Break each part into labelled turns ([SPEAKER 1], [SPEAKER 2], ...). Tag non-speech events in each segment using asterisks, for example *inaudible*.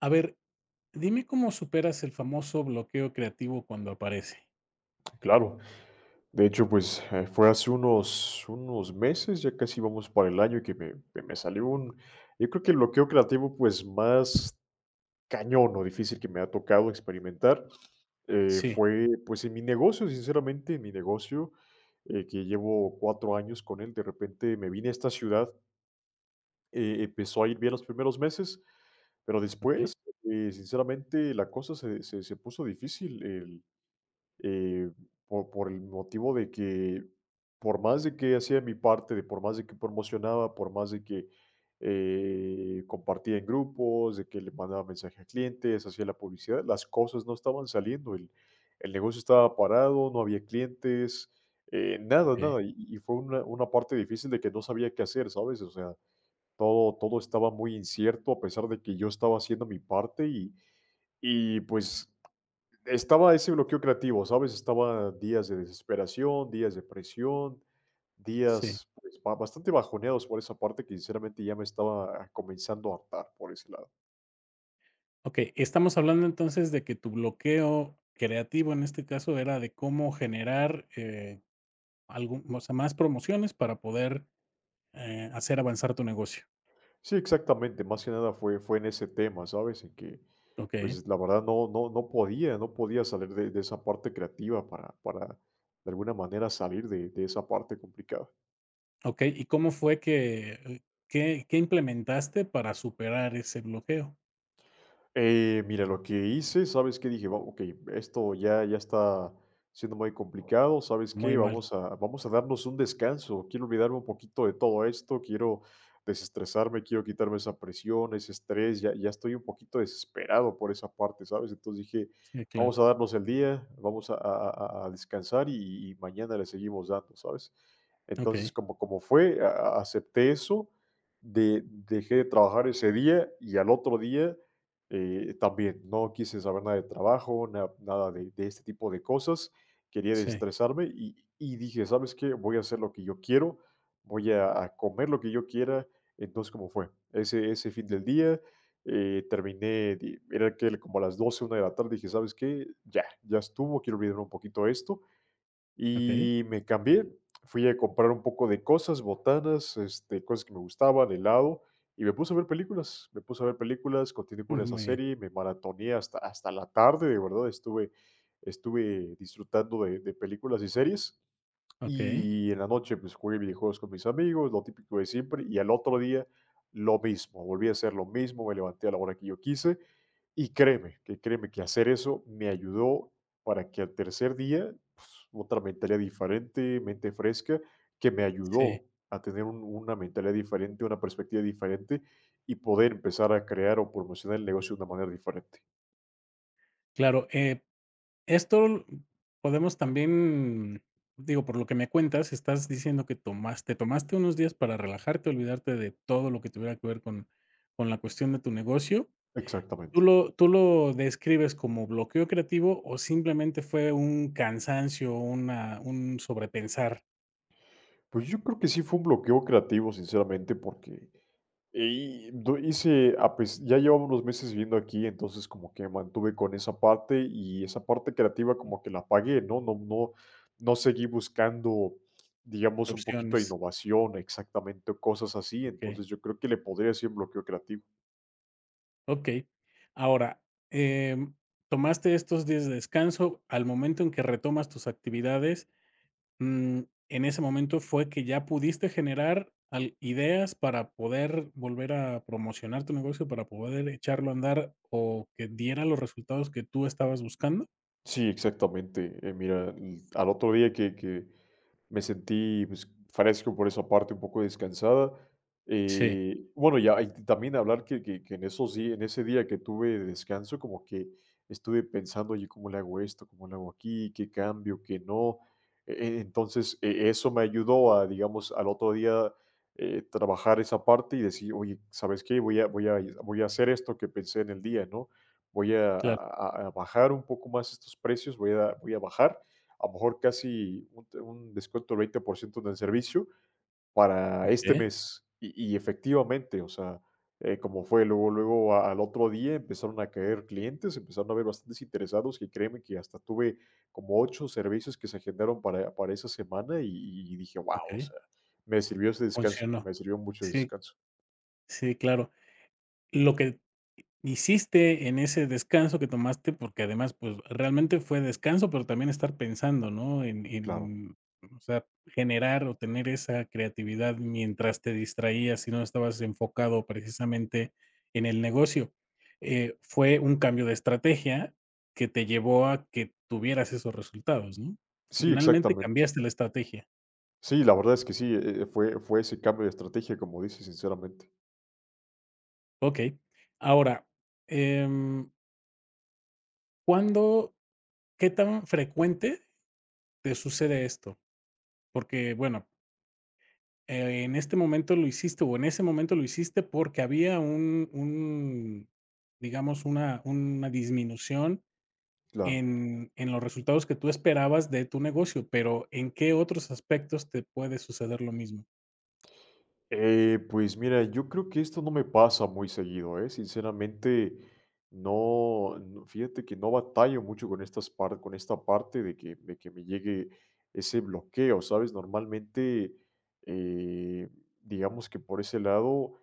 [SPEAKER 1] A ver, dime cómo superas el famoso bloqueo creativo cuando aparece.
[SPEAKER 2] Claro, de hecho, fue hace unos meses, ya casi vamos para el año, que me salió un, yo creo que el bloqueo creativo pues más cañón o difícil que me ha tocado experimentar
[SPEAKER 1] Sí,
[SPEAKER 2] fue pues en mi negocio, sinceramente, en mi negocio, que llevo cuatro años con él, de repente me vine a esta ciudad, empezó a ir bien los primeros meses, pero
[SPEAKER 1] okey,
[SPEAKER 2] después, sinceramente, la cosa se puso difícil. Eh, por el motivo de que por más de que hacía mi parte, de por más de que promocionaba, por más de que compartía en grupos, de que le mandaba mensaje a clientes, hacía la publicidad, las cosas no estaban saliendo, el negocio estaba parado, no había clientes, nada,
[SPEAKER 1] okey,
[SPEAKER 2] nada, y fue una parte difícil de que no sabía qué hacer, ¿sabes? O sea, todo estaba muy incierto a pesar de que yo estaba haciendo mi parte y pues estaba ese bloqueo creativo, ¿sabes? Estaba días de desesperación, días de presión,
[SPEAKER 1] sí.
[SPEAKER 2] días, pues, ba bastante bajoneados por esa parte que sinceramente ya me estaba comenzando a hartar por ese lado.
[SPEAKER 1] Okey, estamos hablando entonces de que tu bloqueo creativo, en este caso, era de cómo generar, algún o sea, más promociones para poder, hacer avanzar tu negocio.
[SPEAKER 2] Sí, exactamente, más que nada fue en ese tema, ¿sabes? En que,
[SPEAKER 1] Okey,
[SPEAKER 2] pues, la verdad no podía salir de esa parte creativa para de alguna manera salir de esa parte complicada.
[SPEAKER 1] okey, ¿y cómo fue que, qué implementaste para superar ese bloqueo?
[SPEAKER 2] Mira, lo que hice, ¿sabes qué? Dije: "Va, okey, esto ya está siendo muy complicado, ¿sabes
[SPEAKER 1] Muy
[SPEAKER 2] qué?
[SPEAKER 1] mal.
[SPEAKER 2] Vamos a darnos un descanso. Quiero olvidarme un poquito de todo esto, quiero desestresarme, quiero quitarme esa presión, ese estrés, ya estoy un poquito desesperado por esa parte", ¿sabes? Entonces dije:
[SPEAKER 1] Sí, claro.
[SPEAKER 2] "Vamos a darnos el día, vamos a descansar y mañana le seguimos dando", ¿sabes?
[SPEAKER 1] Okey,
[SPEAKER 2] Entonces, como como fue, a acepté eso, de dejé de trabajar ese día y al otro día también no quise saber nada de trabajo, nada de, de este tipo de cosas. Quería
[SPEAKER 1] sí,
[SPEAKER 2] desestresarme y dije, ¿sabes qué? Voy a hacer lo que yo quiero, voy a comer lo que yo quiera. Entonces, ¿cómo fue? Ese fin del día, terminé, era que como a las doce una de la tarde, dije, ¿sabes qué? Ya estuvo, quiero olvidar un poquito esto.
[SPEAKER 1] okey.
[SPEAKER 2] Y me cambié, fui a comprar un poco de cosas, botanas, este, cosas que me gustaban, helado, y me puse a ver películas. Me puse a ver películas, continué con esa
[SPEAKER 1] Muy bien,
[SPEAKER 2] serie, me maratoneé hasta la tarde, de verdad, estuve, estuve disfrutando de películas y series.
[SPEAKER 1] okey,
[SPEAKER 2] Y en la noche, pues, jugué videojuegos con mis amigos, lo típico de siempre, y al otro día lo mismo, volví a hacer lo mismo, me levanté a la hora que yo quise, y créeme que hacer eso me ayudó para que al tercer día, pues, otra mentalidad diferente, mente fresca, que me
[SPEAKER 1] sí,
[SPEAKER 2] ayudó a tener una mentalidad diferente, una perspectiva diferente y poder empezar a crear o promocionar el negocio de una manera diferente.
[SPEAKER 1] claro, esto podemos también, digo, por lo que me cuentas, estás diciendo que tomaste unos días para relajarte, olvidarte de todo lo que tuviera que ver con la cuestión de tu negocio.
[SPEAKER 2] Exactamente.
[SPEAKER 1] Tú lo describes como bloqueo creativo o simplemente fue un cansancio, una un sobrepensar
[SPEAKER 2] Pues yo creo que sí fue un bloqueo creativo, sinceramente, porque Y do hice ah, pues, ya llevaba unos meses viviendo aquí, entonces como que mantuve con esa parte, y esa parte creativa como que la apagué, ¿no? No seguí buscando,
[SPEAKER 1] de
[SPEAKER 2] digamos, un poquito de
[SPEAKER 1] opciones?
[SPEAKER 2] innovación, exactamente, o cosas así.
[SPEAKER 1] Okey,
[SPEAKER 2] Entonces, yo creo que le podría decir bloqueo creativo.
[SPEAKER 1] okey. Ahora, em, tomaste estos días de descanso, al momento en que retomas tus actividades. Mm, en ese momento fue que ya pudiste generar al ideas para poder volver a promocionar tu negocio, para poder echarlo a andar o que diera los resultados que tú estabas buscando.
[SPEAKER 2] Sí, exactamente. Mira, al otro día que me sentí pues, fresco por esa parte, un poco descansada.
[SPEAKER 1] Sí,
[SPEAKER 2] Bueno, ya hay también hablar que en esos en ese día que tuve de descanso, como que estuve pensando, oye, ¿cómo le hago esto? ¿Cómo le hago aquí? ¿Qué cambio? ¿Qué no? Entonces, eso me ayudó a, digamos, al otro día trabajar esa parte y decir, oye, ¿sabes qué? Voy a hacer esto que pensé en el día, ¿no? voy a,
[SPEAKER 1] claro.
[SPEAKER 2] a bajar un poco más estos precios, voy a bajar a lo mejor casi un descuento del 20% en el servicio para este
[SPEAKER 1] Okey,
[SPEAKER 2] mes. Y efectivamente, o sea, como fue luego, luego al otro día empezaron a caer clientes, empezaron a haber bastantes interesados que créeme que hasta tuve como ocho servicios que se agendaron para esa semana y dije, wow, o
[SPEAKER 1] okey.
[SPEAKER 2] sea, me sirvió ese descanso,
[SPEAKER 1] Funcionó.
[SPEAKER 2] me sirvió mucho ese
[SPEAKER 1] Sí,
[SPEAKER 2] descanso.
[SPEAKER 1] sí, claro. Lo que hiciste en ese descanso que tomaste, porque además, pues realmente fue descanso, pero también estar pensando, ¿no?
[SPEAKER 2] Claro.
[SPEAKER 1] O sea, generar o tener esa creatividad mientras te distraías y no estabas enfocado precisamente en el negocio. Fue un cambio de estrategia que te llevó a que tuvieras esos resultados, ¿no?
[SPEAKER 2] Sí,
[SPEAKER 1] Finalmente
[SPEAKER 2] exactamente.
[SPEAKER 1] cambiaste la estrategia.
[SPEAKER 2] Sí, la verdad es que sí, fue ese cambio de estrategia, como dices, sinceramente,
[SPEAKER 1] Ok. Ahora, em, ¿cuándo, qué tan frecuente te sucede esto? Porque, bueno, en este momento lo hiciste o en ese momento lo hiciste porque había digamos, una disminución
[SPEAKER 2] claro.
[SPEAKER 1] en los resultados que tú esperabas de tu negocio, pero ¿en qué otros aspectos te puede suceder lo mismo?
[SPEAKER 2] Pues mira, yo creo que esto no me pasa muy seguido, ¿eh? Sinceramente, no, no, fíjate que no batallo mucho con estas con esta parte de que me llegue ese bloqueo, ¿sabes? Normalmente, eh, digamos que por ese lado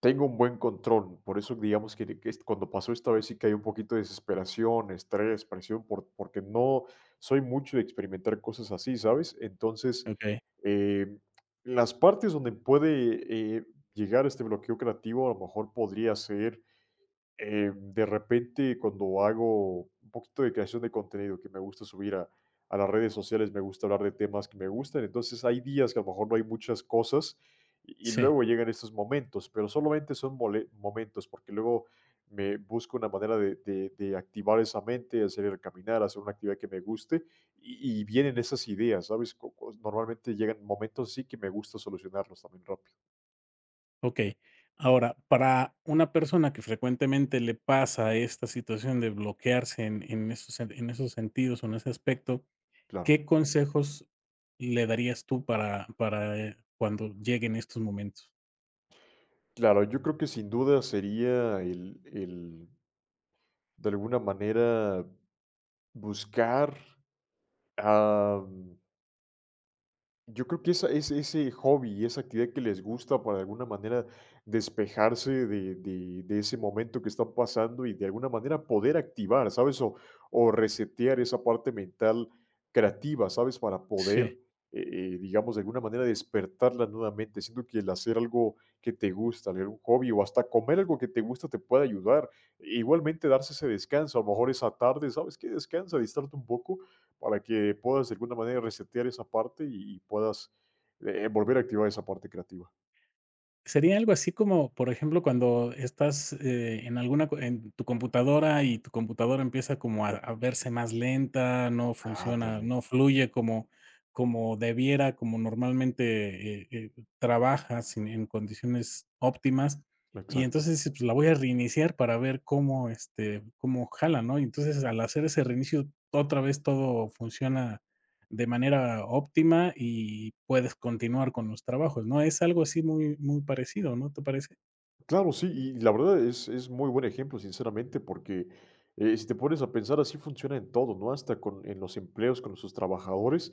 [SPEAKER 2] tengo un buen control, por eso digamos que es cuando pasó esta vez sí que hay un poquito de desesperación, estrés, presión, porque no soy mucho de experimentar cosas así, ¿sabes? Entonces,
[SPEAKER 1] Okey.
[SPEAKER 2] eh, las partes donde puede, llegar este bloqueo creativo, a lo mejor podría ser, de repente, cuando hago un poquito de creación de contenido que me gusta subir a las redes sociales, me gusta hablar de temas que me gustan. Entonces, hay días que a lo mejor no hay muchas cosas y
[SPEAKER 1] Sí,
[SPEAKER 2] luego llegan estos momentos, pero solamente son momentos porque luego me busco una manera de, de activar esa mente, hacer el caminar, hacer una actividad que me guste y vienen esas ideas, ¿sabes? Normalmente llegan momentos sí que me gusta solucionarlos también rápido.
[SPEAKER 1] okey. Ahora, para una persona que frecuentemente le pasa esta situación de bloquearse en esos sen- en esos sentidos o en ese aspecto,
[SPEAKER 2] Claro.
[SPEAKER 1] ¿qué consejos le darías tú para cuando lleguen estos momentos?
[SPEAKER 2] Claro, yo creo que sin duda sería el de alguna manera buscar, am, yo creo que esa es ese hobby, esa actividad que les gusta para de alguna manera despejarse de, de ese momento que están pasando y de alguna manera poder activar, ¿sabes? O resetear esa parte mental creativa, ¿sabes? Para poder,
[SPEAKER 1] Sí.
[SPEAKER 2] eh, digamos, de alguna manera despertarla nuevamente. Siento que el hacer algo que te gusta, leer un hobby o hasta comer algo que te gusta te puede ayudar. Igualmente darse ese descanso, a lo mejor esa tarde, ¿sabes que descansa, distarte un poco para que puedas de alguna manera resetear esa parte y puedas, volver a activar esa parte creativa.
[SPEAKER 1] Sería algo así como, por ejemplo, cuando estás, en alguna co en tu computadora y tu computadora empieza como a verse más lenta, no funciona,
[SPEAKER 2] Ándale.
[SPEAKER 1] no fluye como como debiera, como normalmente, trabajas en condiciones óptimas, y entonces
[SPEAKER 2] Exacto.
[SPEAKER 1] dices: "Pues la voy a reiniciar para ver cómo, este, cómo jala", ¿no? Y entonces, al hacer ese reinicio, otra vez todo funciona de manera óptima y puedes continuar con los trabajos, ¿no? Es algo así muy, muy parecido, ¿no te parece?
[SPEAKER 2] Claro, sí, y la verdad es muy buen ejemplo, sinceramente, porque si te pones a pensar, así funciona en todo, ¿no? Hasta con, en los empleos, con sus trabajadores,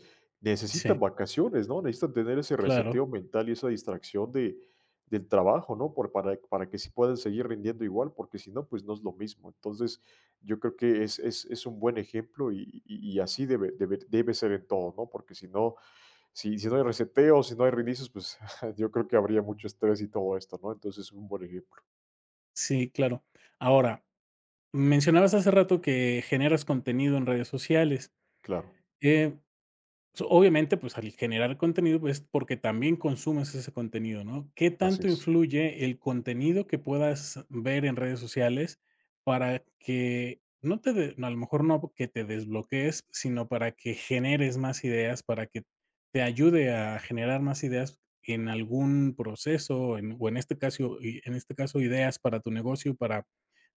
[SPEAKER 1] Sí.
[SPEAKER 2] necesitan vacaciones, ¿no? Necesitan tener ese
[SPEAKER 1] Claro,
[SPEAKER 2] reseteo mental y esa distracción de, del trabajo, ¿no? Por, para que sí puedan seguir rindiendo igual, porque si no, pues no es lo mismo. Entonces, yo creo que es un buen ejemplo y, y así debe ser en todo, ¿no? Porque si no, si no hay reseteos, si no hay reinicios, pues *laughs* yo creo que habría mucho estrés y todo esto, ¿no? Entonces, es un buen ejemplo.
[SPEAKER 1] sí, claro. Ahora, mencionabas hace rato que generas contenido en redes sociales.
[SPEAKER 2] Claro,
[SPEAKER 1] Eh, So, obviamente, pues, al generar contenido, pues, porque también consumes ese contenido, ¿no? ¿Qué
[SPEAKER 2] así
[SPEAKER 1] tanto
[SPEAKER 2] es.
[SPEAKER 1] influye el contenido que puedas ver en redes sociales para que no te de no, a lo mejor no que te desbloquees, sino para que generes más ideas, para que te ayude a generar más ideas en algún proceso, en o en este caso y en este caso, ideas para tu negocio, para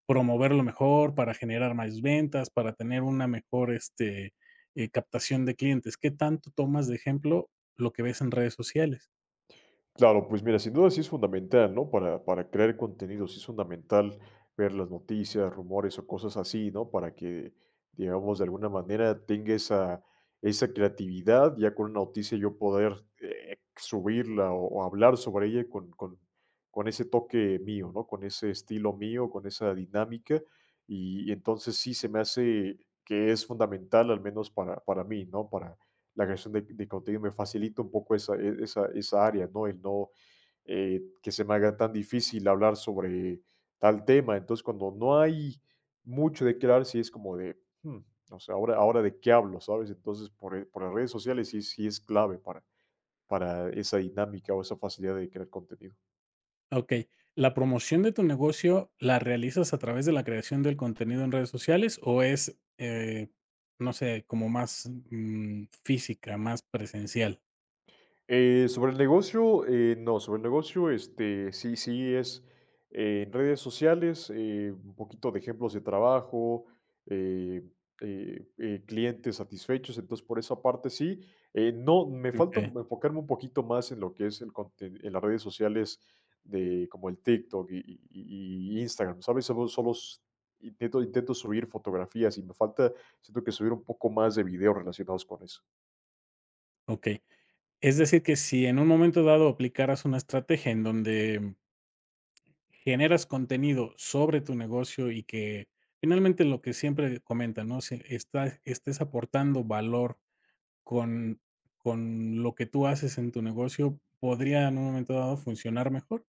[SPEAKER 1] promoverlo mejor, para generar más ventas, para tener una mejor, este, captación de clientes, ¿qué tanto tomas de ejemplo lo que ves en redes sociales?
[SPEAKER 2] Claro, pues mira, sin duda sí es fundamental, ¿no? Para crear contenido, sí es fundamental ver las noticias, rumores o cosas así, ¿no? Para que, digamos, de alguna manera tenga esa creatividad, ya con una noticia yo poder subirla o hablar sobre ella con ese toque mío, ¿no? Con ese estilo mío, con esa dinámica. Y entonces sí se me hace que es fundamental, al menos para mí, ¿no? Para, la creación de contenido me facilita un poco esa, esa área, ¿no? El no que se me haga tan difícil hablar sobre tal tema. Entonces, cuando no hay mucho de qué hablar, sí es como de, "Hmm, o sea, ahora de qué hablo, ¿sabes? Entonces, por las redes sociales sí es clave para esa dinámica o esa facilidad de crear contenido.
[SPEAKER 1] Ok, ¿la promoción de tu negocio la realizas a través de la creación del contenido en redes sociales o es, no sé, como más mm, física, más presencial?
[SPEAKER 2] Sobre el negocio, no, sobre el negocio, este, sí es en redes sociales, un poquito de ejemplos de trabajo, eh, clientes satisfechos, entonces por esa parte sí. No, me falta
[SPEAKER 1] Ok,
[SPEAKER 2] enfocarme un poquito más en lo que es el en las redes sociales de como el TikTok y, Instagram, ¿sabes? Intento subir fotografías y me falta, siento que subir un poco más de videos relacionados con eso.
[SPEAKER 1] ok. Es decir, que si en un momento dado aplicaras una estrategia en donde generas contenido sobre tu negocio y que finalmente lo que siempre comentan, ¿no? Si estés aportando valor Con con lo que tú haces en tu negocio, podría en un momento dado funcionar mejor.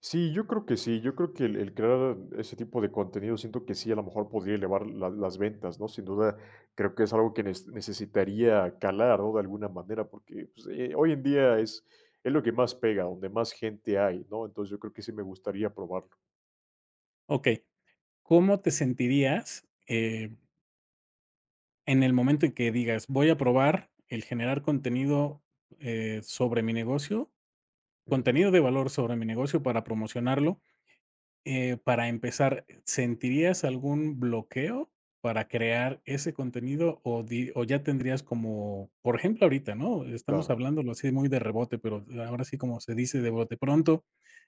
[SPEAKER 2] Sí, yo creo que sí. Yo creo que el crear ese tipo de contenido siento que sí, a lo mejor podría elevar la las ventas, ¿no? Sin duda, creo que es algo que nes necesitaría calar, ¿no? De alguna manera, porque, pues, hoy en día es lo que más pega, donde más gente hay, ¿no? Entonces, yo creo que sí me gustaría probarlo.
[SPEAKER 1] Okey, ¿cómo te sentirías, en el momento en que digas: "Voy a probar el generar contenido, sobre mi negocio,
[SPEAKER 2] Ujú,
[SPEAKER 1] contenido de valor sobre mi negocio para promocionarlo"? Para empezar, ¿sentirías algún bloqueo para crear ese contenido o di o ya tendrías como, por ejemplo, ahorita, ¿no? Estamos
[SPEAKER 2] claro.
[SPEAKER 1] hablándolo así muy de rebote, pero ahora sí, como se dice, de bote pronto,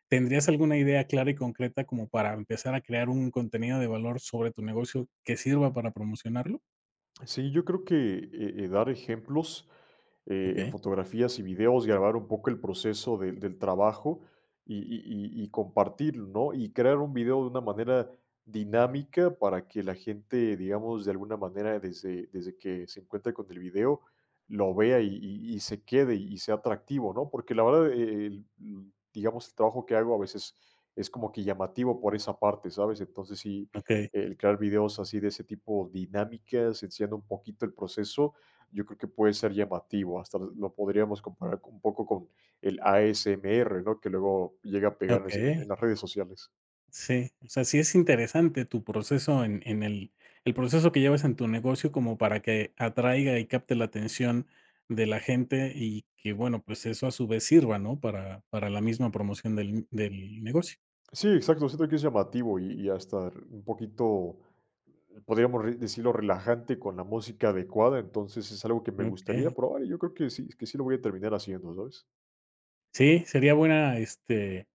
[SPEAKER 1] ¿tendrías alguna idea clara y concreta como para empezar a crear un contenido de valor sobre tu negocio que sirva para promocionarlo?
[SPEAKER 2] Sí, yo creo que, dar ejemplos, en
[SPEAKER 1] Okey,
[SPEAKER 2] fotografías y videos, grabar un poco el proceso del trabajo y compartirlo, ¿no? Y crear un video de una manera dinámica para que la gente, digamos, de alguna manera, desde que se encuentre con el video, lo vea y se quede y sea atractivo, ¿no? Porque la verdad, el digamos, el trabajo que hago a veces es como que llamativo por esa parte, ¿sabes? Entonces sí,
[SPEAKER 1] okey,
[SPEAKER 2] el crear videos así de ese tipo, dinámicas, enseñando un poquito el proceso, yo creo que puede ser llamativo, hasta lo podríamos comparar un poco con el ASMR, ¿no? Que luego llega a pegar
[SPEAKER 1] okey.
[SPEAKER 2] en las redes sociales.
[SPEAKER 1] Sí, o sea, sí es interesante tu proceso en el proceso que llevas en tu negocio como para que atraiga y capte la atención de la gente y que, bueno, pues eso a su vez sirva, ¿no? Para la misma promoción del negocio.
[SPEAKER 2] Sí, exacto, siento que es llamativo hasta un poquito, podríamos decirlo, relajante con la música adecuada, entonces es algo que me
[SPEAKER 1] Okey.
[SPEAKER 2] gustaría probar y yo creo que sí lo voy a terminar haciendo, ¿sabes?
[SPEAKER 1] Sí, sería buena, este,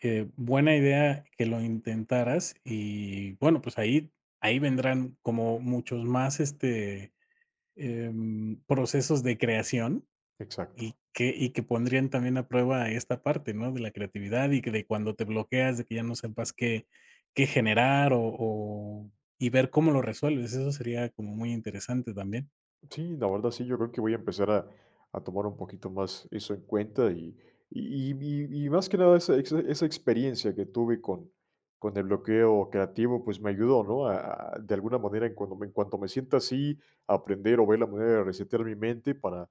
[SPEAKER 1] buena idea que lo intentaras y, bueno, pues ahí vendrán como muchos más, este, procesos de creación y
[SPEAKER 2] Exacto.
[SPEAKER 1] que pondrían también a prueba esta parte, ¿no? De la creatividad y que de cuando te bloqueas, de que ya no sepas qué qué generar o y ver cómo lo resuelves. Eso sería como muy interesante también.
[SPEAKER 2] Sí, la verdad sí, yo creo que voy a empezar a tomar un poquito más eso en cuenta y, y, y- y más que nada esa, esa experiencia que tuve con el bloqueo creativo, pues me ayudó, ¿no? De alguna manera, en cuanto me sienta así, aprender o ver la manera de resetear mi mente para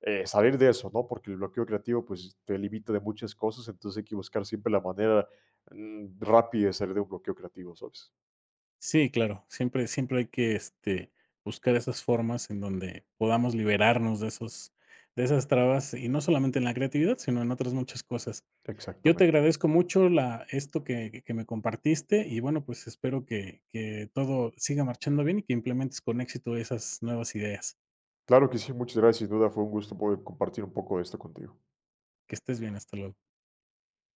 [SPEAKER 2] salir de eso, ¿no? Porque el bloqueo creativo, pues te limita de muchas cosas, entonces hay que buscar siempre la manera rápida de salir de un bloqueo creativo, ¿sabes?
[SPEAKER 1] Sí, claro, siempre hay que, este, buscar esas formas en donde podamos liberarnos de esos de esas trabas, y no solamente en la creatividad, sino en otras muchas cosas. Yo te
[SPEAKER 2] Exactamente.
[SPEAKER 1] agradezco mucho la esto que me compartiste y bueno, pues espero que todo siga marchando bien y que implementes con éxito esas nuevas ideas.
[SPEAKER 2] Claro que sí, muchas gracias, sin duda fue un gusto poder compartir un poco de esto contigo.
[SPEAKER 1] Que estés bien, hasta luego.